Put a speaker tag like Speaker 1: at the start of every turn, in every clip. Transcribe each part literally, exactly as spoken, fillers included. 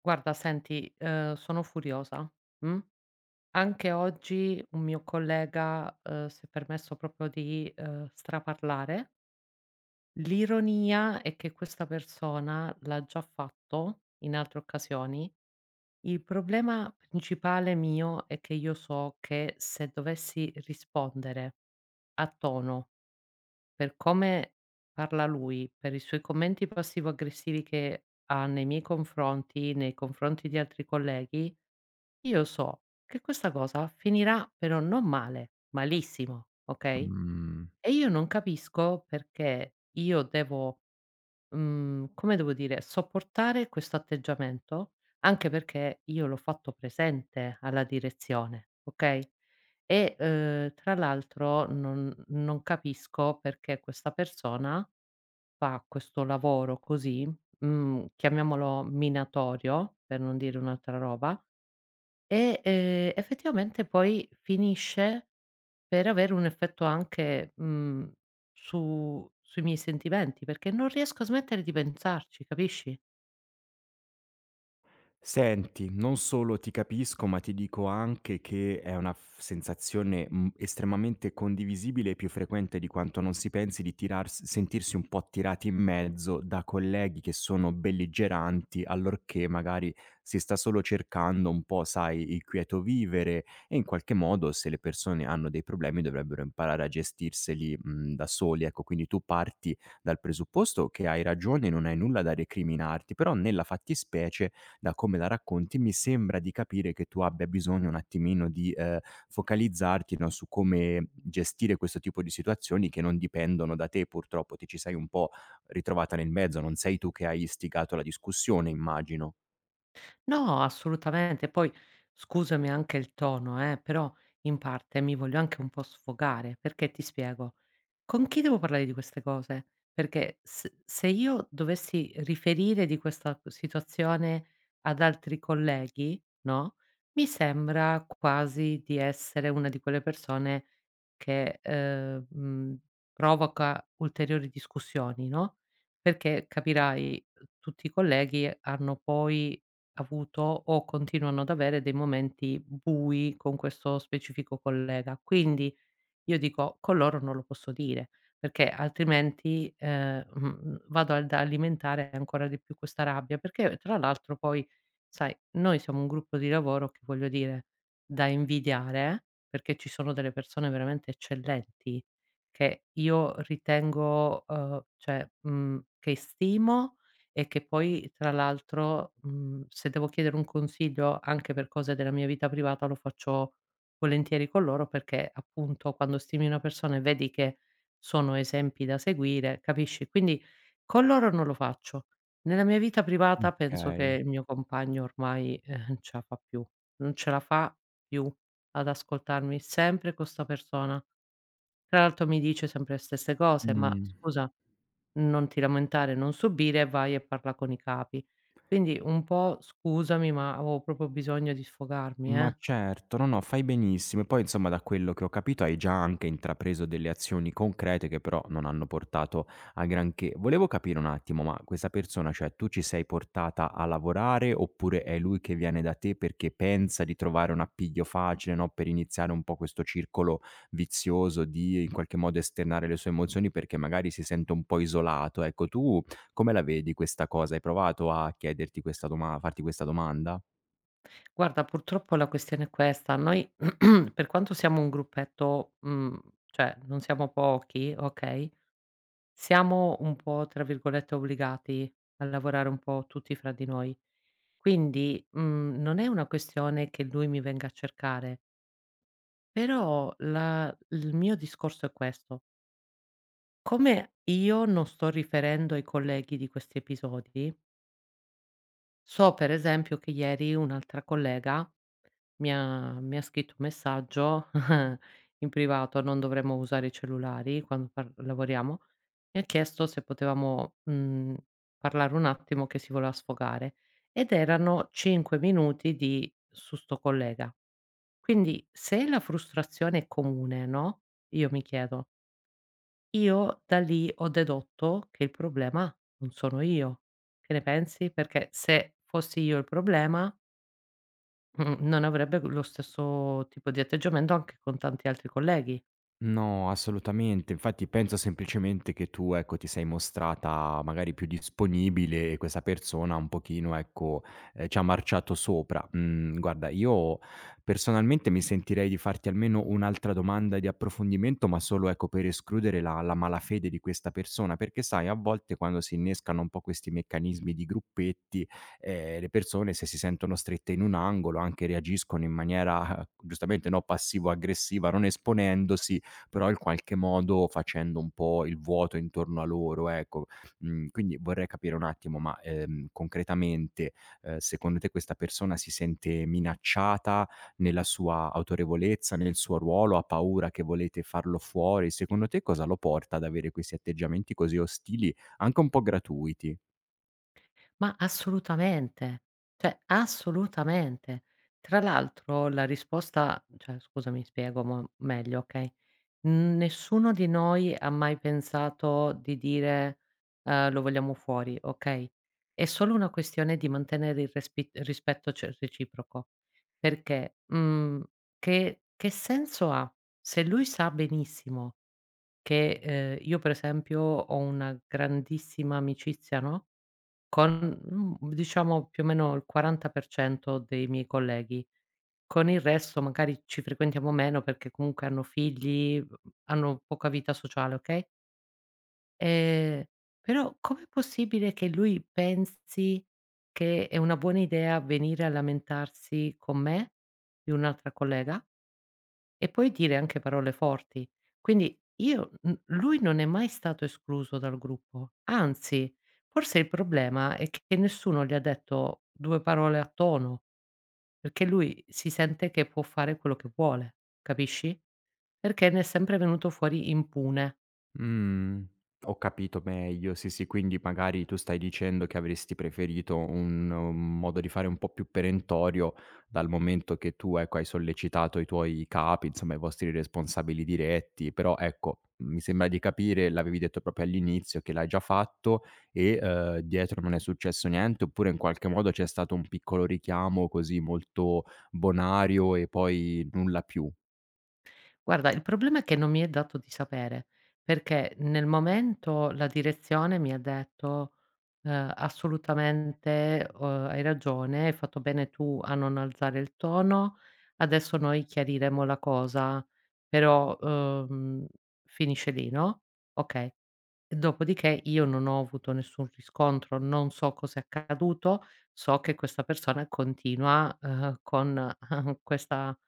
Speaker 1: Guarda, senti, ehm, sono furiosa, mh? Anche oggi un mio collega, ehm, si è permesso proprio di, ehm, straparlare. L'ironia è che questa persona l'ha già fatto in altre occasioni. Il problema principale mio è che io so che se dovessi rispondere a tono per come parla lui, per i suoi commenti passivo aggressivi che ha nei miei confronti, nei confronti di altri colleghi. Io so che questa cosa finirà però non male, malissimo, okay,
Speaker 2: Mhmm.
Speaker 1: e io non capisco perché io devo, mhmm, come devo dire, sopportare questo atteggiamento, anche perché io l'ho fatto presente alla direzione, okay, e, uhm, tra l'altro non non capisco perché questa persona fa questo lavoro così, mhmm, chiamiamolo minatorio, per non dire un'altra roba, e, ehm, effettivamente poi finisce per avere un effetto anche, mhmm, su sui miei sentimenti, perché non riesco a smettere di pensarci, capisci?
Speaker 2: Senti, non solo ti capisco, ma ti dico anche che è una f sensazione, mhmm, estremamente condivisibile e più frequente di quanto non si pensi di tirars sentirsi un po' tirati in mezzo da colleghi che sono belligeranti, allorché magari si sta solo cercando un po', sai, il quieto vivere e in qualche modo se le persone hanno dei problemi dovrebbero imparare a gestirseli, mhmm, da soli, ecco. Quindi tu parti dal presupposto che hai ragione, non hai nulla da recriminarti, però nella fattispecie da come la racconti, mi sembra di capire che tu abbia bisogno un attimino di, ehm, focalizzarti, no, su come gestire questo tipo di situazioni che non dipendono da te purtroppo, ti ci sei un po' ritrovata nel mezzo, non sei tu che hai istigato la discussione immagino.
Speaker 1: No, assolutamente. Poi scusami anche il tono, eh, però in parte mi voglio anche un po' sfogare, perché ti spiego: con chi devo parlare di queste cose? Perché s se io dovessi riferire di questa situazione ad altri colleghi, no, mi sembra quasi di essere una di quelle persone che, ehm, mhmm, provoca ulteriori discussioni, no, perché capirai, uhm, tutti i colleghi hanno poi avuto o continuano ad avere dei momenti bui con questo specifico collega. Quindi, io dico: "Con loro non lo posso dire, perché altrimenti, ehm, mhmm, vado ad alimentare ancora di più questa rabbia." Perché tra l'altro poi, sai, noi siamo un gruppo di lavoro che, voglio dire, da invidiare, perché ci sono delle persone veramente eccellenti che io ritengo, uhm, cioè, mhmm, che stimo e che poi tra l'altro, mhmm, se devo chiedere un consiglio anche per cose della mia vita privata lo faccio volentieri con loro perché appunto quando stimi una persona e vedi che sono esempi da seguire, capisci? Quindi con loro non lo faccio. Nella mia vita privata penso
Speaker 2: Okay.
Speaker 1: che il mio compagno ormai, eh, non ce la fa più, non ce la fa più ad ascoltarmi, sempre con 'sta persona. Tra l'altro mi dice sempre le stesse cose, ma
Speaker 2: Mh.
Speaker 1: scusa, non ti lamentare, non subire, vai e parla con i capi. Quindi un po' scusami, ma avevo proprio bisogno di sfogarmi,
Speaker 2: Ma
Speaker 1: eh.
Speaker 2: certo, no, no, fai benissimo. E poi insomma da quello che ho capito hai già anche intrapreso delle azioni concrete che però non hanno portato a granché. Volevo capire un attimo, ma questa persona, cioè tu ci sei portata a lavorare oppure è lui che viene da te perché pensa di trovare un appiglio facile, no, per iniziare un po' questo circolo vizioso di in qualche modo esternare le sue emozioni perché magari si sente un po' isolato. Ecco, tu come la vedi questa cosa? Hai provato a chiederti questa doma- a farti questa domanda?
Speaker 1: Guarda, purtroppo la questione è questa. Noi per quanto siamo un gruppetto, mhmm, cioè non siamo pochi, okay, siamo un po' tra virgolette "obbligati" a lavorare un po' tutti fra di noi. Quindi, mhmm, non è una questione che lui mi venga a cercare, però la il mio discorso è questo: come io non sto riferendo ai colleghi di questi episodi, so per esempio che ieri un'altra collega mi ha mi ha scritto un messaggio in privato, non dovremmo usare i cellulari quando par lavoriamo, e ha chiesto se potevamo, mhmm, parlare un attimo che si voleva sfogare, ed erano cinque minuti di su sto collega. Quindi se la frustrazione è comune, no, io mi chiedo, io da lì ho dedotto che il problema non sono io. Che ne pensi? Perché se fossi io il problema. Mh-mh, non avrebbe lo stesso tipo di atteggiamento anche con tanti altri colleghi,
Speaker 2: No, assolutamente. Infatti penso semplicemente che tu, ecco, ti sei mostrata magari più disponibile e questa persona un pochino, ecco, ehm, ci ha marciato sopra. Mhmm, guarda, io personalmente mi sentirei di farti almeno un'altra domanda di approfondimento, ma solo, ecco, per escludere la la malafede di questa persona, perché sai a volte quando si innescano un po' questi meccanismi di gruppetti, ehm, le persone se si sentono strette in un angolo anche reagiscono in maniera eh, giustamente, no, passivo aggressiva, non esponendosi però in qualche modo facendo un po' il vuoto intorno a loro, ecco. Mhmm, quindi vorrei capire un attimo, ma, ehm, concretamente, ehm, secondo te questa persona si sente minacciata nella sua autorevolezza, nel suo ruolo, ha paura che volete farlo fuori? Secondo te cosa lo porta ad avere questi atteggiamenti così ostili, anche un po' gratuiti?
Speaker 1: ma assolutamente, cioè assolutamente. Tra l'altro la risposta, cioè scusami, spiego mo meglio, okay, nessuno di noi ha mai pensato di dire, ehm: "Lo vogliamo fuori", okay, è solo una questione di mantenere il respi rispetto ce reciproco. Perché, mhmm, che che senso ha? Se lui sa benissimo che, ehm, io per esempio ho una grandissima amicizia, no, con, mhmm, diciamo più o meno il quaranta per cento dei miei colleghi. Con il resto magari ci frequentiamo meno perché comunque hanno figli, uhm, hanno poca vita sociale, okay, ehm, però com'è possibile che lui pensi che è una buona idea venire a lamentarsi con me di un'altra collega? E poi dire anche parole forti. Quindi io, mhmm, lui non è mai stato escluso dal gruppo, anzi forse il problema è che nessuno gli ha detto due parole a tono, perché lui si sente che può fare quello che vuole, capisci? Perché ne è sempre venuto fuori impune.
Speaker 2: Mhmm, ho capito meglio. Sì, sì, quindi magari tu stai dicendo che avresti preferito un un modo di fare un po' più perentorio, dal momento che tu, ecco, hai sollecitato i tuoi capi, insomma i vostri responsabili diretti, però ecco, mi sembra di capire, l'avevi detto proprio all'inizio, che l'hai già fatto e, uhm, dietro non è successo niente, oppure in qualche modo c'è stato un piccolo richiamo così molto bonario e poi nulla più?
Speaker 1: Guarda, il problema è che non mi è dato di sapere, perché nel momento la direzione mi ha detto, ehm: "Assolutamente, uhm, hai ragione, hai fatto bene tu a non alzare il tono, adesso noi chiariremo la cosa, però, uhm, finisce lì", no, okay. E dopodiché io non ho avuto nessun riscontro, non so cos'è accaduto, so che questa persona continua, uhm, con eh, questa,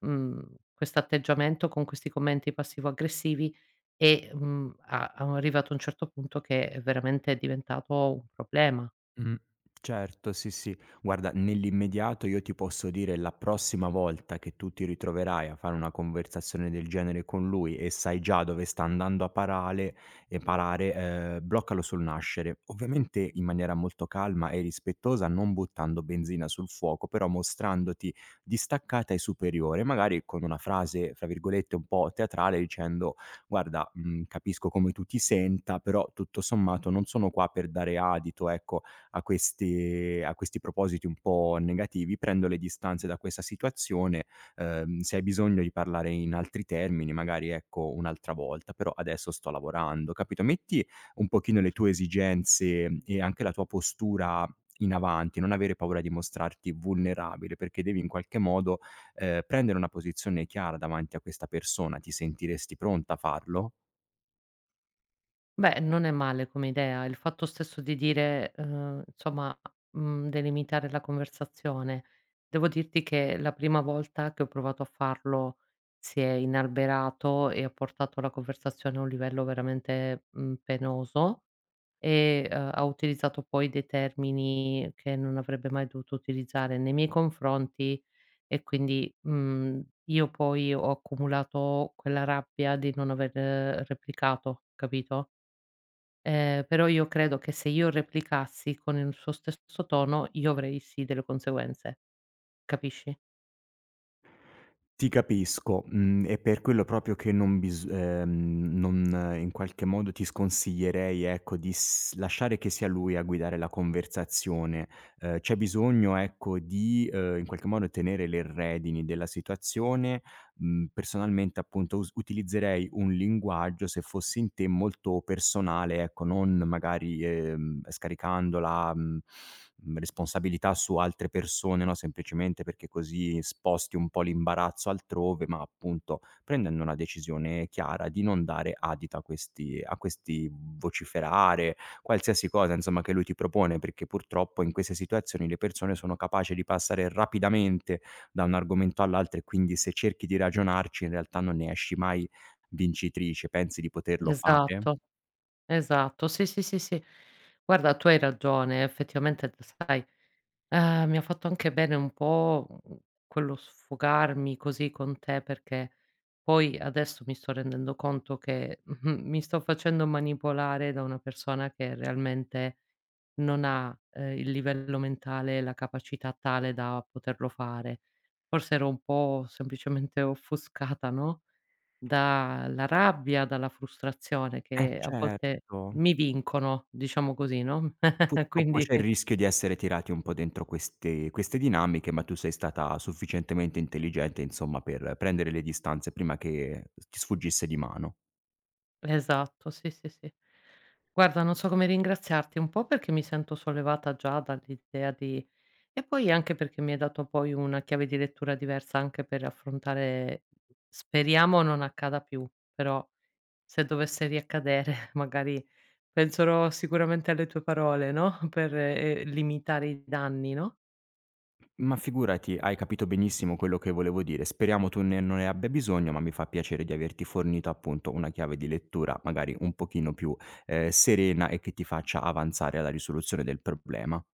Speaker 1: mhmm, quest'atteggiamento, con questi commenti passivo-aggressivi e, mhmm, a a è arrivato a un certo punto che veramente è veramente diventato un problema.
Speaker 2: Mh. Certo, sì, sì. Guarda, nell'immediato io ti posso dire la prossima volta che tu ti ritroverai a fare una conversazione del genere con lui e sai già dove sta andando a parare e parare, ehm, bloccalo sul nascere. Ovviamente in maniera molto calma e rispettosa, non buttando benzina sul fuoco, però mostrandoti distaccata e superiore, magari con una frase, fra virgolette, un po' teatrale dicendo: "Guarda, mhmm, capisco come tu ti senta, però tutto sommato non sono qua per dare adito, ecco, a questi a questi propositi un po' negativi, prendo le distanze da questa situazione, ehm, se hai bisogno di parlare in altri termini magari ecco un'altra volta, però adesso sto lavorando, capito, metti un pochino le tue esigenze e anche la tua postura in avanti, non avere paura di mostrarti vulnerabile, perché devi in qualche modo, ehm, prendere una posizione chiara davanti a questa persona. Ti sentiresti pronta a farlo?
Speaker 1: Beh, non è male come idea. Il fatto stesso di dire, uhm, insomma, mhmm, delimitare la conversazione. Devo dirti che la prima volta che ho provato a farlo si è inalberato e ha portato la conversazione a un livello veramente, mhmm, penoso e, uhm, ha utilizzato poi dei termini che non avrebbe mai dovuto utilizzare nei miei confronti e quindi, mhmm, io poi ho accumulato quella rabbia di non aver, eh, replicato, capito? Ehm, però io credo che se io replicassi con il suo stesso tono, io avrei sì delle conseguenze, capisci?
Speaker 2: Ti capisco, mhmm, è per quello proprio che non bis ehm, non eh, in qualche modo ti sconsiglierei, ecco, di s lasciare che sia lui a guidare la conversazione. Ehm, c'è bisogno, ecco, di, ehm, in qualche modo tenere le redini della situazione mhmm, personalmente appunto us utilizzerei un linguaggio, se fossi in te, molto personale, ecco, non magari, ehm, scaricando la, mhmm, responsabilità su altre persone, no, semplicemente perché così sposti un po' l'imbarazzo altrove, ma appunto prendendo una decisione chiara di non dare adito a questi a questi vociferare, qualsiasi cosa insomma che lui ti propone, perché purtroppo in queste situazioni le persone sono capaci di passare rapidamente da un argomento all'altro e quindi se cerchi di ragionarci in realtà non ne esci mai vincitrice. Pensi di
Speaker 1: Mh-mh.
Speaker 2: poterlo fare?
Speaker 1: Esatto, esatto. Sì, sì, sì, sì. Guarda, tu hai ragione, effettivamente, t sai, Ehm, mi ha fatto anche bene un po', mhmm, quello sfogarmi così con te, perché poi adesso mi sto rendendo conto che, mh-mh, mi sto facendo manipolare da una persona che realmente non ha, ehm, il livello mentale e la capacità tale da poterlo fare. Forse ero un po' semplicemente offuscata, no, dalla rabbia, dalla frustrazione
Speaker 2: Eh
Speaker 1: che a volte
Speaker 2: certo.
Speaker 1: mi vincono, diciamo così, no,
Speaker 2: Purtroppo
Speaker 1: quindi.
Speaker 2: c'è il rischio di essere tirati un po' dentro queste queste dinamiche, ma tu sei stata sufficientemente intelligente, insomma, per prendere le distanze prima che ti sfuggisse di mano.
Speaker 1: Esatto, sì, sì, sì. Guarda, non so come ringraziarti, un po' perché mi sento sollevata già dall'idea di, e poi anche perché mi hai dato poi una chiave di lettura diversa anche per affrontare, speriamo non accada più, però se dovesse riaccadere magari penserò sicuramente alle tue parole, no, per, ehm, limitare i danni, no?
Speaker 2: Ma figurati, hai capito benissimo quello che volevo dire. Speriamo tu ne non ne abbia bisogno, ma mi fa piacere di averti fornito appunto una chiave di lettura magari un pochino più, ehm, serena e che ti faccia avanzare alla risoluzione del problema.